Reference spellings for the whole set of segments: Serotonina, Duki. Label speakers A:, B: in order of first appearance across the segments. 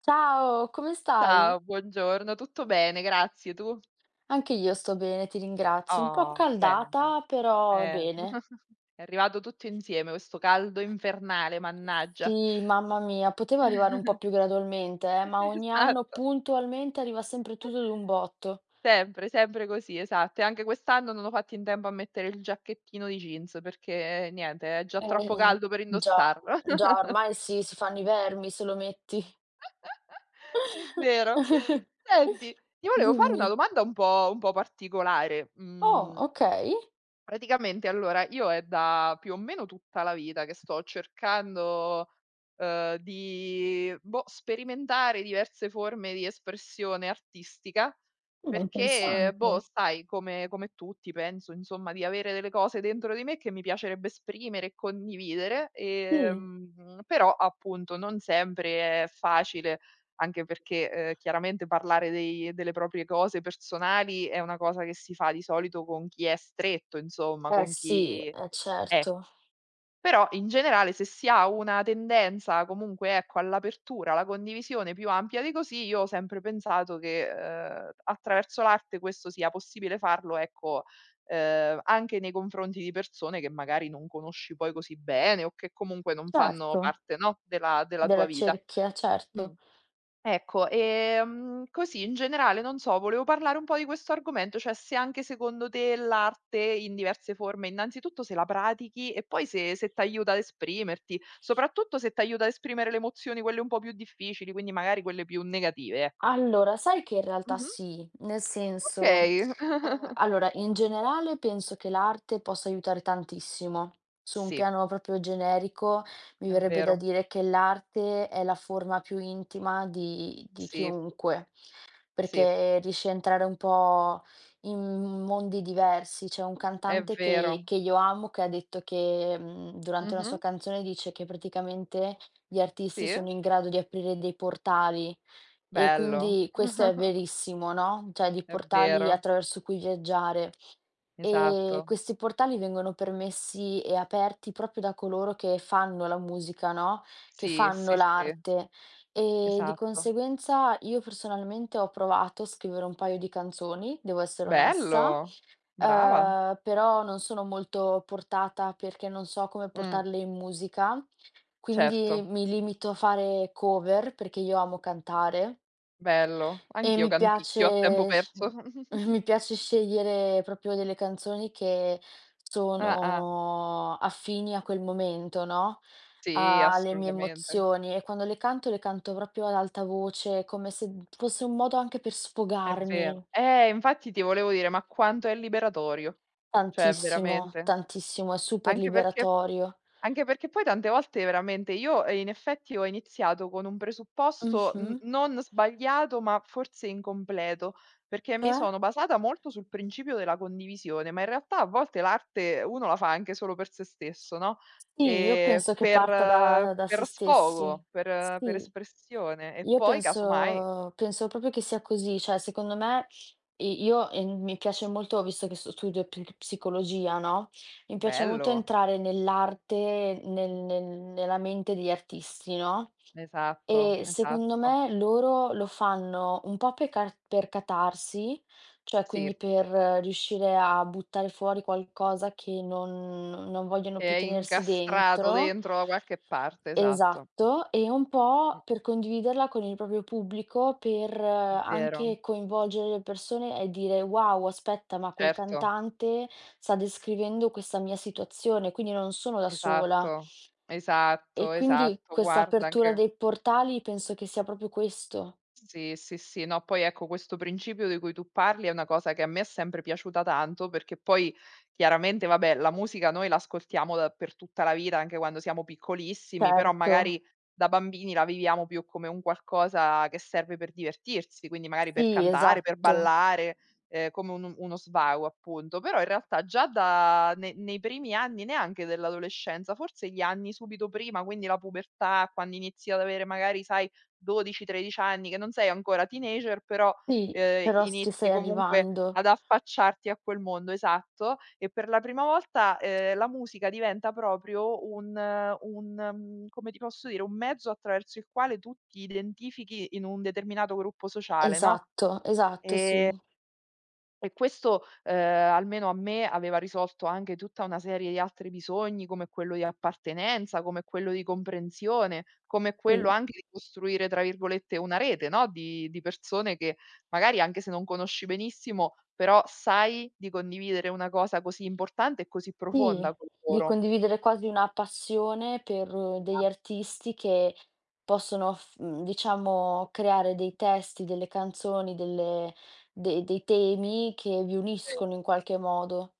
A: Ciao, come stai?
B: Ciao, buongiorno, tutto bene, grazie, tu?
A: Anche io sto bene, ti ringrazio. Un po'
B: Oh, bene, bene.
A: accaldata, però
B: Eh.
A: bene.
B: È arrivato tutto insieme questo caldo infernale, mannaggia.
A: Sì, mamma mia, poteva arrivare un po' più gradualmente, ma ogni anno
B: Esatto,
A: puntualmente arriva sempre tutto d'un botto.
B: sempre, sempre così, esatto. E anche quest'anno non ho fatto in tempo a mettere il giacchettino di jeans perché niente, è già troppo
A: Eh,
B: caldo per
A: già,
B: indossarlo.
A: già, ormai sì, si fanno i vermi se lo metti.
B: È vero. Senti, ti volevo fare una
A: Dimmi.
B: domanda un po' particolare,
A: Oh,
B: mhmm
A: ok.
B: Praticamente allora io è da più o meno tutta la vita che sto cercando, di, boh, sperimentare diverse forme di espressione artistica,
A: Oh,
B: perché, boh,
A: interessante.
B: sai, come tutti penso insomma di avere delle cose dentro di me che mi piacerebbe esprimere e condividere,
A: Sì.
B: però appunto non sempre è facile anche perché, chiaramente parlare dei delle proprie cose personali è una cosa che si fa di solito con chi è stretto, insomma,
A: Eh
B: con
A: sì,
B: chi eh,
A: certo,
B: però in generale se si ha una tendenza comunque, ecco, all'apertura, alla condivisione più ampia di così, io ho sempre pensato che, attraverso l'arte questo sia possibile farlo, ecco, anche nei confronti di persone che magari non conosci poi così bene o che comunque non fanno
A: certo.
B: parte, no, della tua
A: Della
B: vita.
A: cerchia,
B: Mh.
A: certo.
B: Ecco, così in generale, non so, volevo parlare un po' di questo argomento, cioè se anche secondo te l'arte in diverse forme, innanzitutto se la pratichi e poi se ti aiuta ad esprimerti, soprattutto se ti aiuta ad esprimere le emozioni, quelle un po' più difficili, quindi magari quelle più negative, ecco.
A: Allora, sai che in realtà
B: Mh-mh.
A: sì, nel senso,
B: Okay.
A: allora in generale penso che l'arte possa aiutare tantissimo. Su un
B: Sì,
A: piano proprio generico, mi
B: è
A: verrebbe da
B: vero.
A: dire che l'arte è la forma più intima di
B: Sì,
A: chiunque
B: sì,
A: perché riesce a entrare un po' in mondi diversi. C'è un
B: è
A: cantante che
B: vero.
A: che io amo, che ha detto che, durante una
B: Mh-mh.
A: sua canzone dice che praticamente gli artisti
B: Sì,
A: sono in grado di aprire dei portali e
B: bello.
A: quindi questo è verissimo, no, cioè di
B: È
A: portali
B: vero,
A: attraverso cui viaggiare.
B: esatto.
A: Questi portali vengono permessi e aperti proprio da coloro che fanno la musica, no, che
B: Sì,
A: fanno
B: sì, sì,
A: l'arte e di
B: esatto.
A: conseguenza io personalmente ho provato a scrivere un paio di canzoni, devo essere onesta,
B: Bello, brava.
A: però non sono molto portata perché non so come
B: Mh,
A: portarle in musica, quindi
B: certo,
A: mi limito a fare cover perché io amo cantare.
B: bello.
A: E
B: Anch'io
A: mi
B: canticchio a tempo
A: piace s
B: perso.
A: Mi piace scegliere proprio delle canzoni che
B: Ah-ah,
A: sono affini a quel momento, no,
B: sì,
A: a alle mie
B: assolutamente.
A: emozioni e quando le canto proprio ad alta voce, come se fosse un modo anche per
B: È vero.
A: sfogarmi
B: Infatti ti volevo dire, ma quanto è liberatorio. Cioè
A: tantissimo,
B: veramente.
A: tantissimo, è super
B: Anche perché
A: liberatorio.
B: Anche perché poi tante volte veramente io, in effetti ho iniziato con un presupposto n
A: Mh-mh.
B: non sbagliato, ma forse incompleto, perché mi
A: Cioè?
B: sono basata molto sul principio della condivisione, ma in realtà a volte l'arte uno la fa anche solo per se stesso, no,
A: Sì, io penso che
B: per
A: parta
B: eh,
A: da se
B: per
A: stessi.
B: sfogo, per
A: Sì.
B: espressione e
A: Io
B: poi casomai
A: penso proprio che sia così, cioè secondo me i io, mi piace molto visto che sto studio pi psicologia, no, mi piace molto
B: bello.
A: entrare nell'arte, nel nella mente degli artisti, no,
B: Esatto,
A: e secondo
B: esatto.
A: me loro lo fanno un po' per car per catarsi, cioè
B: Sì,
A: quindi per riuscire a buttare fuori qualcosa che non vogliono
B: che
A: più
B: è
A: tenersi
B: incastrato
A: dentro.
B: dentro da qualche parte, esatto.
A: Esatto, e un
B: Mh, mh,
A: po' per condividerla con il proprio pubblico, per
B: è vero.
A: anche coinvolgere le persone e dire: "Wow, aspetta, ma quel
B: Certo,
A: cantante sta descrivendo questa mia situazione, quindi non sono da sola".
B: esatto,
A: E
B: esatto,
A: quindi
B: esatto.
A: questa
B: Guarda
A: apertura
B: anche
A: dei portali penso che sia proprio questo.
B: Sì, sì, sì. No, poi ecco questo principio di cui tu parli è una cosa che a me è sempre piaciuta tanto, perché poi chiaramente vabbè la musica noi l'ascoltiamo da per tutta la vita, anche quando siamo piccolissimi, però
A: Certo,
B: magari da bambini la viviamo più come un qualcosa che serve per divertirsi, quindi magari per
A: sì,
B: cantare, per
A: esatto.
B: ballare, come un uno svago appunto. Però in realtà già da ne nei primi anni neanche dell'adolescenza, forse gli anni subito prima, quindi la pubertà, quando inizi ad avere magari sai 12, 13 anni, che non sei ancora teenager, però,
A: Sì, però s ci
B: inizi
A: stai
B: comunque
A: arrivando.
B: ad affacciarti a quel mondo, esatto, e per la prima volta, la musica diventa proprio come ti posso dire, un mezzo attraverso il quale tu ti identifichi in un determinato gruppo sociale, no?
A: Esatto, esatto, sì,
B: E questo, almeno a me, aveva risolto anche tutta una serie di altri bisogni, come quello di appartenenza, come quello di comprensione, come
A: sì.
B: quello anche di costruire, tra virgolette, "una rete", no, di persone che magari anche se non conosci benissimo, però sai di condividere una cosa così importante e così
A: Sì,
B: profonda con
A: di
B: loro.
A: condividere quasi una passione per degli
B: Esatto.
A: artisti che possono diciamo creare dei testi, delle canzoni, delle de dei temi che vi
B: Sì.
A: uniscono in qualche modo.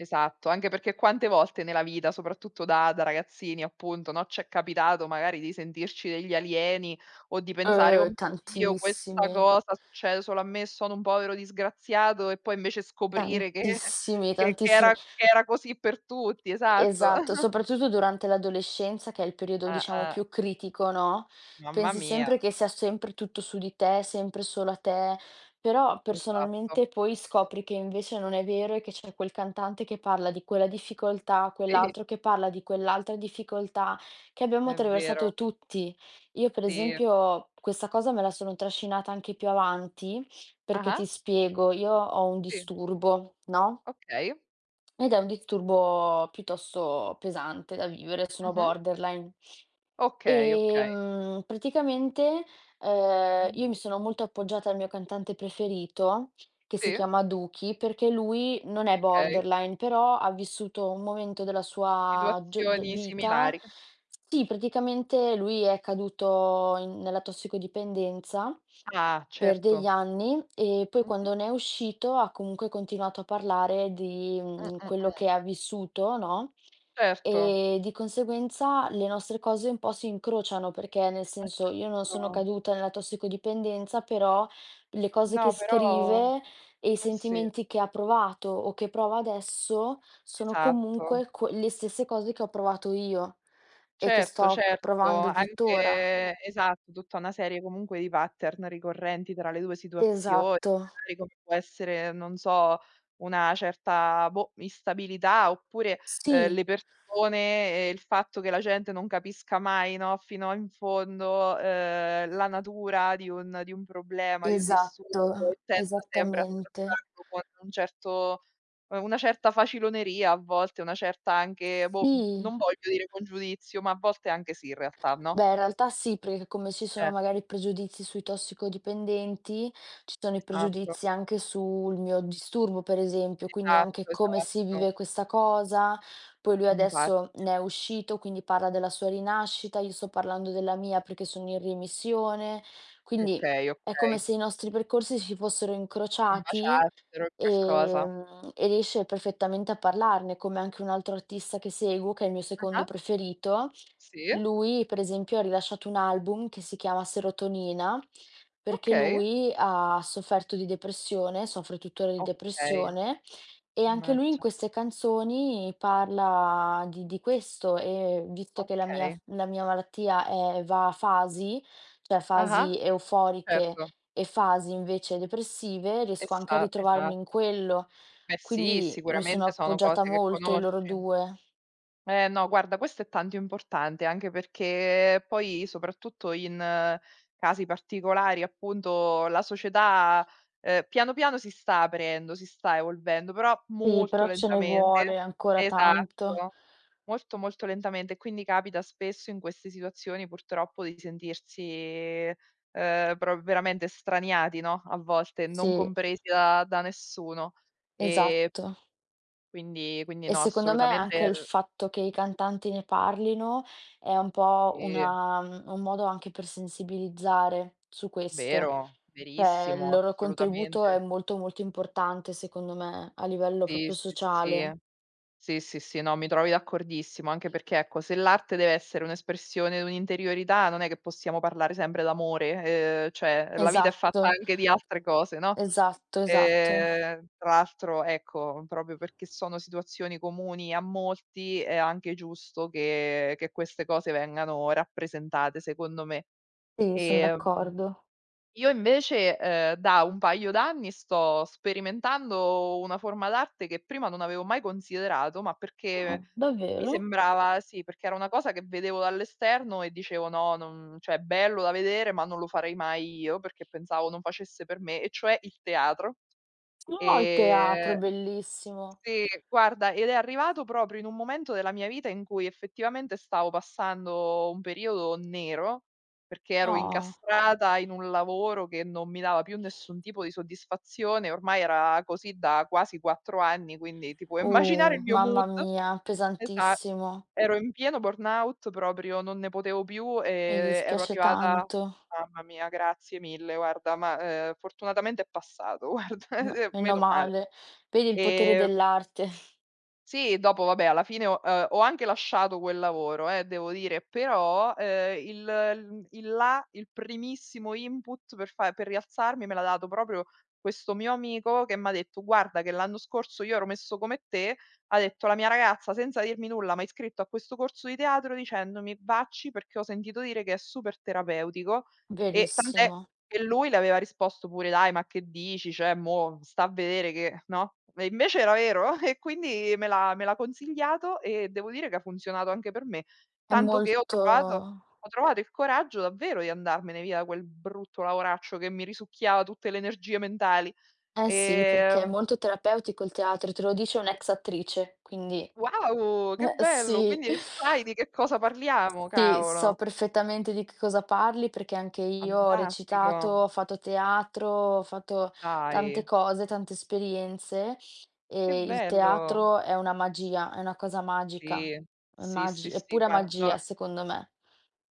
B: Esatto, anche perché quante volte nella vita, soprattutto da ragazzini appunto, no, c'è capitato magari di sentirci degli alieni o di pensare: "Oh mio Dio, questa
A: Tantissimi,
B: cosa succede solo a me, sono un povero disgraziato" e poi invece scoprire che
A: tantissimi,
B: che che
A: tantissimi.
B: era che era così per tutti, esatto.
A: Esatto, soprattutto durante l'adolescenza, che è il periodo diciamo
B: Ah-ah,
A: più critico, no,
B: mamma
A: pensi
B: mia,
A: sempre che sia sempre tutto su di te, sempre solo a te, però
B: esatto.
A: personalmente poi scopri che invece non è vero e che c'è quel cantante che parla di quella difficoltà,
B: Sì,
A: quell'altro che parla di quell'altra difficoltà che abbiamo
B: è vero,
A: attraversato tutti. Io per
B: sì.
A: esempio questa cosa me la sono trascinata anche più avanti, perché
B: Ah-ah,
A: ti spiego, io ho un
B: sì,
A: disturbo, no?
B: okay.
A: Ed è un disturbo piuttosto pesante da vivere, sono
B: Mh-mh.
A: borderline.
B: Okay, okay.
A: Ehm, praticamente,
B: Mh-mh.
A: io mi sono molto appoggiata al mio cantante preferito, che si
B: Sì,
A: chiama Duki, perché lui non è
B: okay.
A: borderline, però ha vissuto un momento della sua gio d
B: Situazioni
A: vita
B: similari.
A: sì, praticamente lui è caduto in nella tossicodipendenza
B: Ah,
A: per degli
B: certo.
A: anni e poi
B: Mh-mh.
A: quando ne è uscito ha comunque continuato a parlare di,
B: Mh, mh,
A: quello
B: mh.
A: che ha vissuto, no,
B: Certo,
A: e di conseguenza le nostre cose un po' si incrociano, perché nel
B: ma
A: senso io non sono
B: certo.
A: caduta nella tossicodipendenza, però le cose che
B: No, però
A: scrive e i
B: eh sì,
A: sentimenti che ha provato o che prova adesso sono
B: esatto.
A: comunque que le stesse cose che ho provato io e che
B: Certo,
A: sto
B: certo,
A: provando tuttora.
B: anche esatto, tutta una serie comunque di pattern ricorrenti tra le 2 situazioni,
A: Esatto.
B: magari come può essere, non so, una certa, boh, instabilità oppure,
A: Sì.
B: le persone e il fatto che la gente non capisca mai, no, fino in fondo, la natura di un problema, di un disturbo
A: Esatto,
B: e tenda sempre a
A: esattamente.
B: trattarlo con un certo una certa faciloneria a volte, una certa anche boh,
A: Sì,
B: non voglio dire buon giudizio, ma a volte anche sì in realtà, no?
A: beh in realtà sì, perché come ci sono
B: Eh,
A: magari pregiudizi sui tossicodipendenti, ci sono i
B: esatto,
A: pregiudizi anche sul mio disturbo per esempio, quindi
B: esatto,
A: anche come si
B: esatto.
A: vive questa cosa. Poi lui
B: Infa
A: adesso ne è uscito, quindi parla della sua rinascita, io sto parlando della mia perché sono in remissione, quindi
B: okay,
A: è come
B: okay.
A: se i nostri percorsi si fossero
B: Un
A: incrociati.
B: baciassero, qualcosa.
A: E riesce perfettamente a parlarne, come anche un altro artista che seguo, che è il mio secondo
B: Ah-ah,
A: preferito,
B: sì,
A: lui, per esempio, ha rilasciato un album che si chiama Serotonina, perché
B: okay,
A: lui ha sofferto di depressione, soffre tuttora di
B: okay.
A: depressione e anche lui in
B: Mannaggia,
A: queste canzoni parla di questo e visto che
B: okay.
A: la mia malattia è va a fasi, cioè
B: Ah-ah,
A: fasi euforiche
B: certo.
A: e fasi invece depressive, riesco anche a
B: Esa
A: ritrovarmi in
B: esatto.
A: quello.
B: Beh sì,
A: Quindi mi sono
B: sicuramente sono
A: appoggiata
B: cose che
A: molto ai loro
B: conosci.
A: due.
B: Eh no, guarda questo è tanto importante, anche perché poi soprattutto in casi particolari, appunto, la società, piano piano si sta aprendo, si sta evolvendo, però
A: Sì,
B: molto
A: però ce ne
B: lentamente.
A: vuole ancora tanto.
B: Esatto, molto, molto lentamente. Quindi capita spesso in queste situazioni purtroppo di sentirsi, pro veramente straniati, no, a volte, non
A: Sì,
B: compresi da nessuno. Ehm,
A: esatto.
B: quindi
A: E
B: no,
A: secondo me
B: assolutamente
A: anche il
B: l
A: fatto che i cantanti ne parlino è un po'
B: sì.
A: una un modo anche per sensibilizzare su questo.
B: Vero,
A: Cioè il
B: verissimo,
A: loro contributo
B: assolutamente.
A: è molto, molto importante secondo me, a livello
B: Sì,
A: proprio
B: sì, sì.
A: sociale.
B: Sì, sì, sì, no, mi trovi d'accordissimo, anche perché, ecco, se l'arte deve essere un'espressione di un'interiorità, non è che possiamo parlare sempre d'amore, cioè la vita è fatta
A: Esatto,
B: anche di altre cose, no,
A: esatto, esatto.
B: tra l'altro, ecco, proprio perché sono situazioni comuni a molti, è anche giusto che queste cose vengano rappresentate, secondo me.
A: Sì, son
B: Ehm
A: d'accordo.
B: Io invece, da un paio d'anni sto sperimentando una forma d'arte che prima non avevo mai considerato, ma
A: Ah,
B: perché mi
A: davvero?
B: sembrava sì, perché era una cosa che vedevo dall'esterno e dicevo: "No, non cioè è bello da vedere, ma non lo farei mai io", perché pensavo non facesse per me, e cioè il teatro.
A: No, il teatro,
B: Ehm
A: bellissimo.
B: sì, guarda, ed è arrivato proprio in un momento della mia vita in cui effettivamente stavo passando un periodo nero, perché ero
A: Ah.
B: incastrata in un lavoro che non mi dava più nessun tipo di soddisfazione, ormai era così da quasi 4 anni, quindi ti puoi immaginare il mio
A: Mamma
B: mood.
A: mia,
B: Esa
A: pesantissimo.
B: ero in pieno burnout proprio, non ne potevo più
A: Mi
B: e ero
A: dispiace
B: arrivata.
A: tanto.
B: Mamma mia, grazie mille, guarda, ma, fortunatamente è passato, guarda,
A: Me meno
B: meno male.
A: male. Vedi il potere
B: Ehm
A: dell'arte.
B: sì, dopo vabbè alla fine ho anche lasciato quel lavoro devo dire, però, il l il là, il primissimo input per rialzarmi me l'ha dato proprio questo mio amico che m'ha detto: "Guarda che l'anno scorso io ero messo come te", ha detto: "La mia ragazza senza dirmi nulla m'ha iscritto a questo corso di teatro dicendomi: "Vacci perché ho sentito dire che è super terapeutico" e tant'è
A: Verissimo.
B: e lui le aveva risposto pure: "Dai, ma che dici? Cioè, mo' sta a vedere che" no, e invece era vero e quindi me l'ha consigliato e devo dire che ha funzionato anche per me.
A: È
B: Tanto che ho
A: molto
B: trovato ho trovato il coraggio davvero di andarmene via da quel brutto lavoraccio che mi risucchiava tutte le energie mentali.
A: eh sì, perché è
B: Ehm,
A: molto terapeutico il teatro, te lo dice un'ex attrice, quindi
B: wow, che
A: eh
B: bello!
A: sì.
B: Quindi sai di che cosa parliamo,
A: Sì, so
B: cavolo.
A: perfettamente di che cosa parli perché anche io ho
B: Fantastico.
A: recitato, ho fatto teatro, ho fatto tante
B: Dai,
A: cose, tante esperienze
B: che
A: e il
B: bello.
A: teatro è una magia, è una cosa magica,
B: Sì, sì, sì,
A: è
B: sì,
A: pura
B: guarda no.
A: magia secondo me.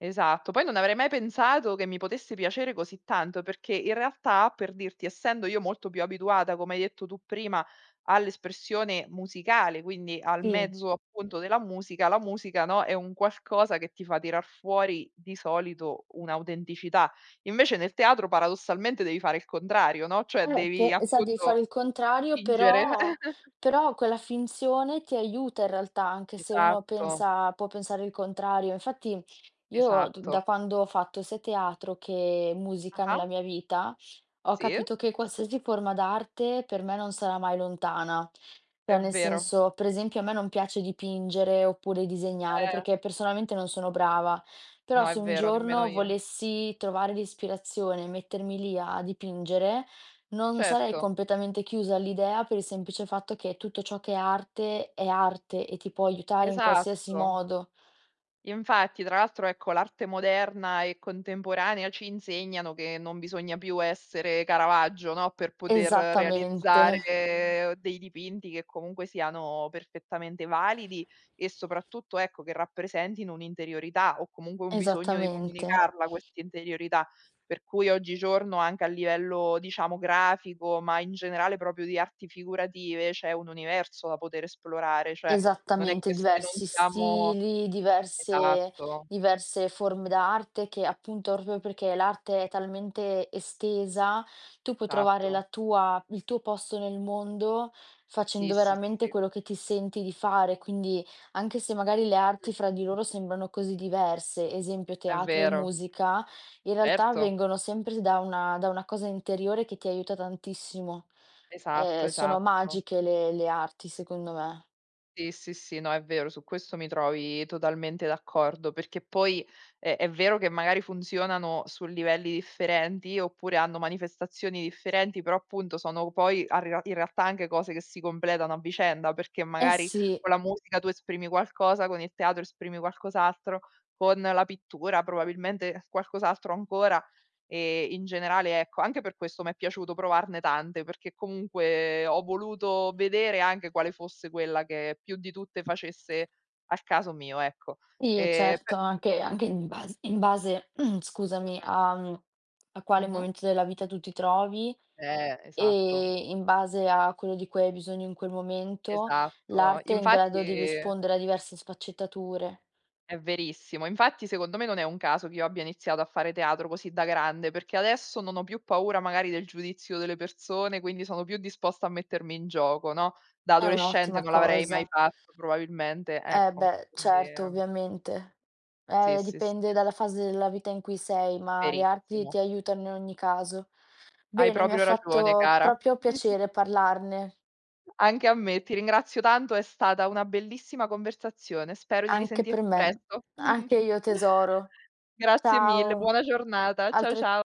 B: Esatto, poi non avrei mai pensato che mi potesse piacere così tanto, perché in realtà, per dirti, essendo io molto più abituata, come hai detto tu prima, all'espressione musicale, quindi al
A: Sì.
B: mezzo appunto della musica, la musica, no, è un qualcosa che ti fa tirar fuori di solito un'autenticità. Invece nel teatro paradossalmente devi fare il contrario, no, cioè devi
A: Pe sa Devi
B: appunto
A: fare il contrario,
B: fingere.
A: però però quella finzione ti aiuta in realtà, anche se uno
B: Esatto,
A: pensa può pensare il contrario. Infatti io d
B: esatto.
A: da quando ho fatto sia teatro che musica
B: Ah-ah,
A: nella mia vita, ho
B: sì,
A: capito che qualsiasi forma d'arte per me non sarà mai lontana.
B: è
A: Cioè nel
B: vero.
A: senso, per esempio a me non piace dipingere oppure disegnare,
B: Eh,
A: perché personalmente non sono brava, però
B: no, è
A: se un
B: vero, nemmeno
A: giorno
B: io.
A: volessi trovare l'ispirazione e mettermi lì a dipingere, non sarei
B: Certo,
A: completamente chiusa all'idea per il semplice fatto che tutto ciò che è arte e ti può aiutare in qualsiasi
B: esatto.
A: modo.
B: Infatti, tra l'altro, ecco, l'arte moderna e contemporanea ci insegnano che non bisogna più essere Caravaggio, no, per poter
A: Esattamente,
B: realizzare dei dipinti che comunque siano perfettamente validi e soprattutto, ecco, che rappresentino un'interiorità o comunque un bisogno di
A: esattamente.
B: comunicarla questa interiorità. Per cui oggigiorno anche a livello, diciamo, grafico, ma in generale proprio di arti figurative, c'è un universo da poter esplorare, cioè non è che
A: Esattamente,
B: se non
A: diversi
B: siamo.
A: stili, diverse
B: Esatto,
A: diverse forme d'arte che appunto proprio perché l'arte è talmente estesa, tu puoi trovare
B: esatto.
A: la tua il tuo posto nel mondo
B: Sì,
A: facendo
B: sì,
A: veramente
B: sì.
A: quello che ti senti di fare, quindi anche se magari le
B: Mh,
A: arti fra di
B: mh, mh.
A: loro sembrano così diverse, esempio
B: È
A: teatro e
B: vero,
A: musica, in realtà
B: certo.
A: vengono sempre da una cosa interiore che ti aiuta tantissimo.
B: Esatto,
A: Sono
B: esatto.
A: magiche le arti secondo me.
B: Sì, sì, sì, no, è vero, su questo mi trovi totalmente d'accordo, perché poi è vero che magari funzionano su livelli differenti, oppure hanno manifestazioni differenti, però appunto sono poi a rea in realtà anche cose che si completano a vicenda, perché
A: Eh
B: magari
A: sì,
B: con la musica tu esprimi qualcosa, con il teatro esprimi qualcos'altro, con la pittura probabilmente qualcos'altro ancora. In generale ecco, anche per questo m'è piaciuto provarne tante, perché comunque ho voluto vedere anche quale fosse quella che più di tutte facesse al caso mio, ecco.
A: sì e certo,
B: Pe
A: anche anche in base scusami,
B: mh-mh.
A: a a quale
B: Mh-mh.
A: momento della vita tu ti trovi
B: Esatto,
A: e in base a quello di cui hai bisogno in quel momento,
B: esatto.
A: l'arte è in
B: Infatti
A: grado di rispondere a diverse sfaccettature.
B: è verissimo. Infatti secondo me non è un caso che io abbia iniziato a fare teatro così da grande, perché adesso non ho più paura magari del giudizio delle persone, quindi sono più disposta a mettermi in gioco, no, da
A: È
B: adolescente
A: un'ottima
B: non l'avrei mai
A: cosa.
B: fatto probabilmente,
A: Eh
B: ecco.
A: beh,
B: Quindi,
A: certo, ovviamente.
B: sì, sì, sì, è
A: Dipende dalla fase della vita in cui sei, ma le arti
B: verissimo.
A: ti aiutano in ogni caso.
B: Hai
A: Bene, mi ha
B: proprio ragione
A: fatto
B: cara.
A: proprio piacere parlarne.
B: Anche a me, ti ringrazio tanto, è stata una bellissima conversazione. Spero di
A: Anche per
B: risentirti
A: me.
B: presto.
A: Anche io tesoro.
B: Grazie mille,
A: Ciao,
B: buona giornata. Ciao,
A: altrettan
B: cia